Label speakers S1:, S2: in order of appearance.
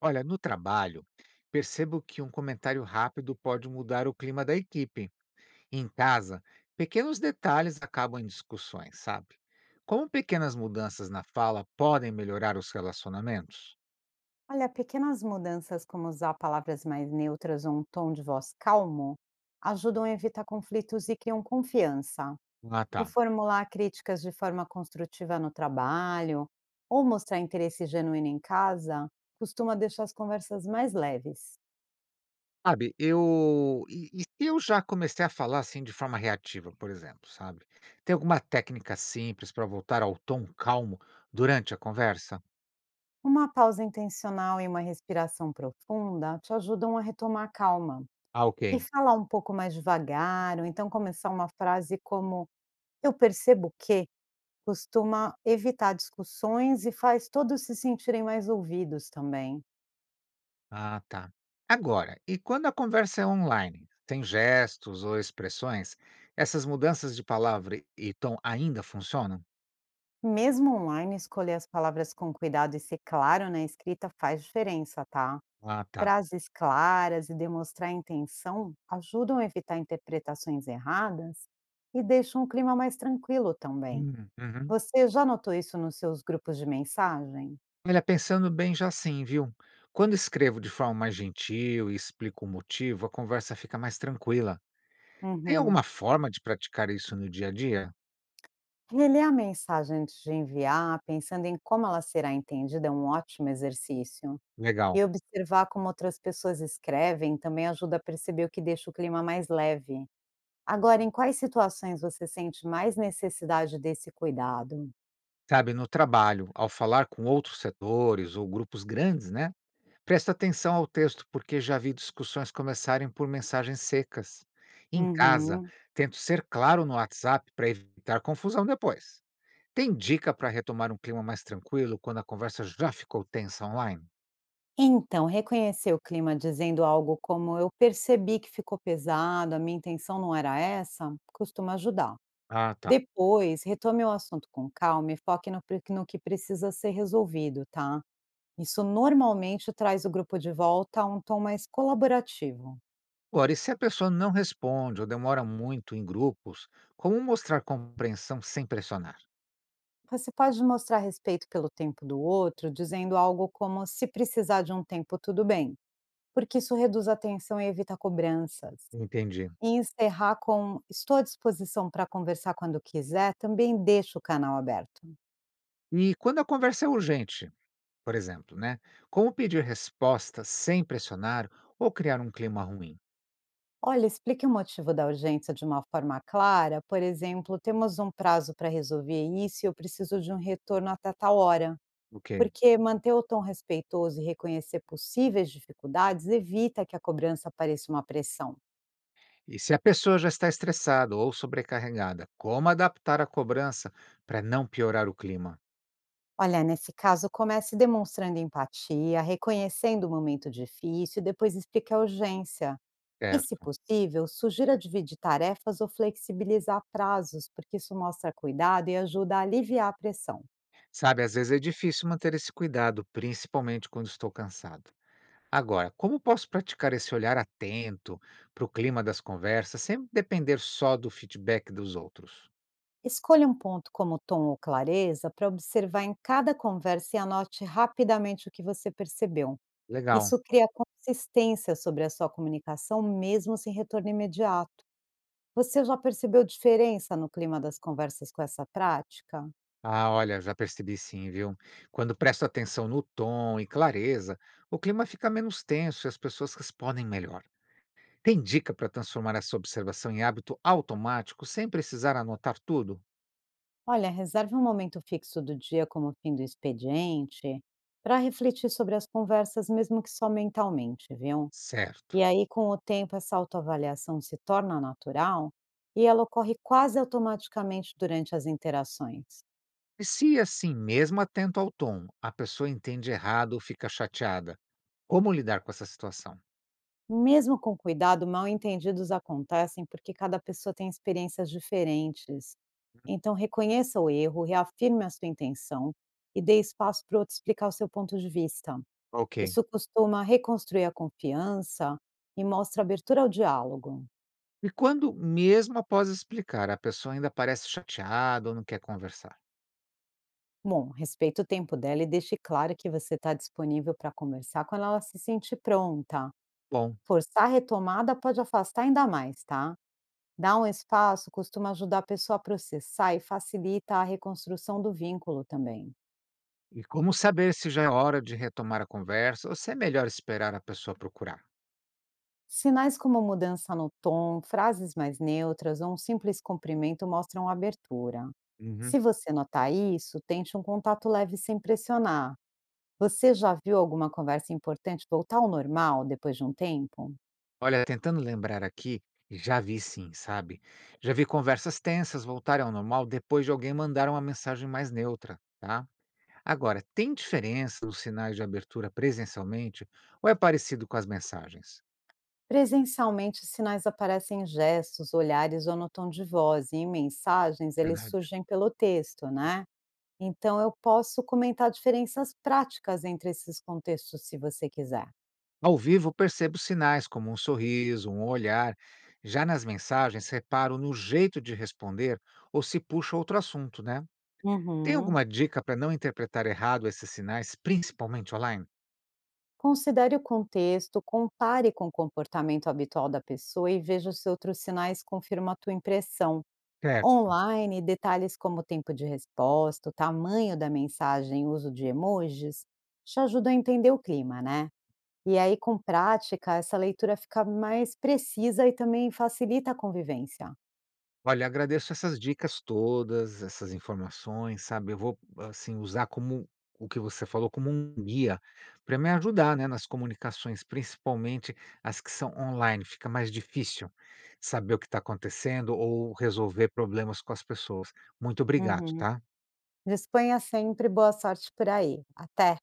S1: Olha, no trabalho, percebo que um comentário rápido pode mudar o clima da equipe. Em casa, pequenos detalhes acabam em discussões, sabe? Como pequenas mudanças na fala podem melhorar os relacionamentos?
S2: Olha, pequenas mudanças como usar palavras mais neutras ou um tom de voz calmo ajudam a evitar conflitos e criam confiança.
S1: Ah, tá.
S2: Reformular críticas de forma construtiva no trabalho ou mostrar interesse genuíno em casa costuma deixar as conversas mais leves.
S1: Sabe, eu. E se eu já comecei a falar assim de forma reativa, por exemplo, sabe? Tem alguma técnica simples para voltar ao tom calmo durante a conversa?
S2: Uma pausa intencional e uma respiração profunda te ajudam a retomar a calma.
S1: Ah,
S2: E
S1: ok.
S2: falar um pouco mais devagar, ou então começar uma frase como eu percebo que costuma evitar discussões e faz todos se sentirem mais ouvidos também.
S1: Ah, tá. Agora, e quando a conversa é online, tem gestos ou expressões, essas mudanças de palavra e tom ainda funcionam?
S2: Mesmo online, escolher as palavras com cuidado e ser claro na escrita faz diferença, tá?
S1: Ah, tá.
S2: Frases claras e demonstrar intenção ajudam a evitar interpretações erradas e deixam o clima mais tranquilo também.
S1: Uhum.
S2: Você já notou isso nos seus grupos de mensagem?
S1: Olha, pensando bem já sim, viu? Quando escrevo de forma mais gentil e explico o motivo, a conversa fica mais tranquila. Tem
S2: Uhum.
S1: alguma forma de praticar isso no dia a dia?
S2: Reler a mensagem antes de enviar, pensando em como ela será entendida, é um ótimo exercício.
S1: Legal.
S2: E observar como outras pessoas escrevem também ajuda a perceber o que deixa o clima mais leve. Agora, em quais situações você sente mais necessidade desse cuidado?
S1: Sabe, no trabalho, ao falar com outros setores ou grupos grandes, né? Presta atenção ao texto, porque já vi discussões começarem por mensagens secas. Em casa,
S2: Uhum.
S1: tento ser claro no WhatsApp para evitar confusão depois. Tem dica para retomar um clima mais tranquilo quando a conversa já ficou tensa online?
S2: Então, reconhecer o clima dizendo algo como eu percebi que ficou pesado, a minha intenção não era essa, costuma ajudar.
S1: Ah, tá.
S2: Depois, retome o assunto com calma e foque no que precisa ser resolvido, tá? Isso normalmente traz o grupo de volta a um tom mais colaborativo.
S1: Ora, e se a pessoa não responde ou demora muito em grupos, como mostrar compreensão sem pressionar?
S2: Você pode mostrar respeito pelo tempo do outro, dizendo algo como se precisar de um tempo, tudo bem, porque isso reduz a tensão e evita cobranças.
S1: Entendi.
S2: E encerrar com estou à disposição para conversar quando quiser, também deixa o canal aberto.
S1: E quando a conversa é urgente, por exemplo, né? Como pedir resposta sem pressionar ou criar um clima ruim?
S2: Olha, explique o motivo da urgência de uma forma clara, por exemplo, temos um prazo para resolver isso e eu preciso de um retorno até tal hora.
S1: Ok.
S2: Porque manter o tom respeitoso e reconhecer possíveis dificuldades evita que a cobrança pareça uma pressão.
S1: E se a pessoa já está estressada ou sobrecarregada, como adaptar a cobrança para não piorar o clima?
S2: Olha, nesse caso, comece demonstrando empatia, reconhecendo o momento difícil e depois explique a urgência. E, se
S1: Certo.
S2: possível, sugira dividir tarefas ou flexibilizar prazos, porque isso mostra cuidado e ajuda a aliviar a pressão.
S1: Sabe, às vezes é difícil manter esse cuidado, principalmente quando estou cansado. Agora, como posso praticar esse olhar atento para o clima das conversas, sem depender só do feedback dos outros?
S2: Escolha um ponto como tom ou clareza para observar em cada conversa e anote rapidamente o que você percebeu.
S1: Legal.
S2: Isso cria consistência sobre a sua comunicação, mesmo sem retorno imediato. Você já percebeu diferença no clima das conversas com essa prática?
S1: Ah, olha, já percebi sim, viu? Quando presto atenção no tom e clareza, o clima fica menos tenso e as pessoas respondem melhor. Tem dica para transformar essa observação em hábito automático sem precisar anotar tudo?
S2: Olha, reserve um momento fixo do dia, como o fim do expediente, para refletir sobre as conversas, mesmo que só mentalmente, viu?
S1: Certo.
S2: E aí, com o tempo, essa autoavaliação se torna natural e ela ocorre quase automaticamente durante as interações.
S1: E se é assim, mesmo atento ao tom, a pessoa entende errado ou fica chateada? Como lidar com essa situação?
S2: Mesmo com cuidado, mal entendidos acontecem porque cada pessoa tem experiências diferentes. Então, reconheça o erro, reafirme a sua intenção e dê espaço para o outro explicar o seu ponto de vista.
S1: Ok.
S2: Isso costuma reconstruir a confiança e mostra abertura ao diálogo.
S1: E quando, mesmo após explicar, a pessoa ainda parece chateada ou não quer conversar?
S2: Bom, respeita o tempo dela e deixe claro que você está disponível para conversar quando ela se sentir pronta.
S1: Bom,
S2: Forçar a retomada pode afastar ainda mais, tá? Dar um espaço costuma ajudar a pessoa a processar e facilita a reconstrução do vínculo também.
S1: e como saber se já é hora de retomar a conversa ou se é melhor esperar a pessoa procurar?
S2: Sinais como mudança no tom, frases mais neutras ou um simples cumprimento mostram abertura.
S1: Uhum.
S2: Se você notar isso, tente um contato leve sem pressionar. Você já viu alguma conversa importante voltar ao normal depois de um tempo?
S1: Olha, tentando lembrar aqui, já vi sim, sabe? Já vi conversas tensas voltarem ao normal depois de alguém mandar uma mensagem mais neutra, tá? Agora, tem diferença nos sinais de abertura presencialmente ou é parecido com as mensagens?
S2: Presencialmente, os sinais aparecem em gestos, olhares ou no tom de voz, e em mensagens eles
S1: Verdade.
S2: surgem pelo texto, né? Então eu posso comentar diferenças práticas entre esses contextos se você quiser.
S1: Ao vivo, percebo sinais como um sorriso, um olhar. Já nas mensagens, reparo no jeito de responder ou se puxa outro assunto, né? Tem
S2: Uhum.
S1: alguma dica para não interpretar errado esses sinais, principalmente online?
S2: Considere o contexto, compare com o comportamento habitual da pessoa e veja se outros sinais confirmam a tua impressão.
S1: Certo.
S2: Online, detalhes como o tempo de resposta, o tamanho da mensagem, o uso de emojis, te ajudam a entender o clima, né? E aí, com prática, essa leitura fica mais precisa e também facilita a convivência.
S1: Olha, agradeço essas dicas todas, essas informações, sabe? Eu vou, assim, usar como o que você falou como um guia para me ajudar, né, nas comunicações, principalmente as que são online. Fica mais difícil saber o que está acontecendo ou resolver problemas com as pessoas. Muito obrigado,
S2: Uhum.
S1: tá?
S2: Disponha sempre, boa sorte por aí. Até.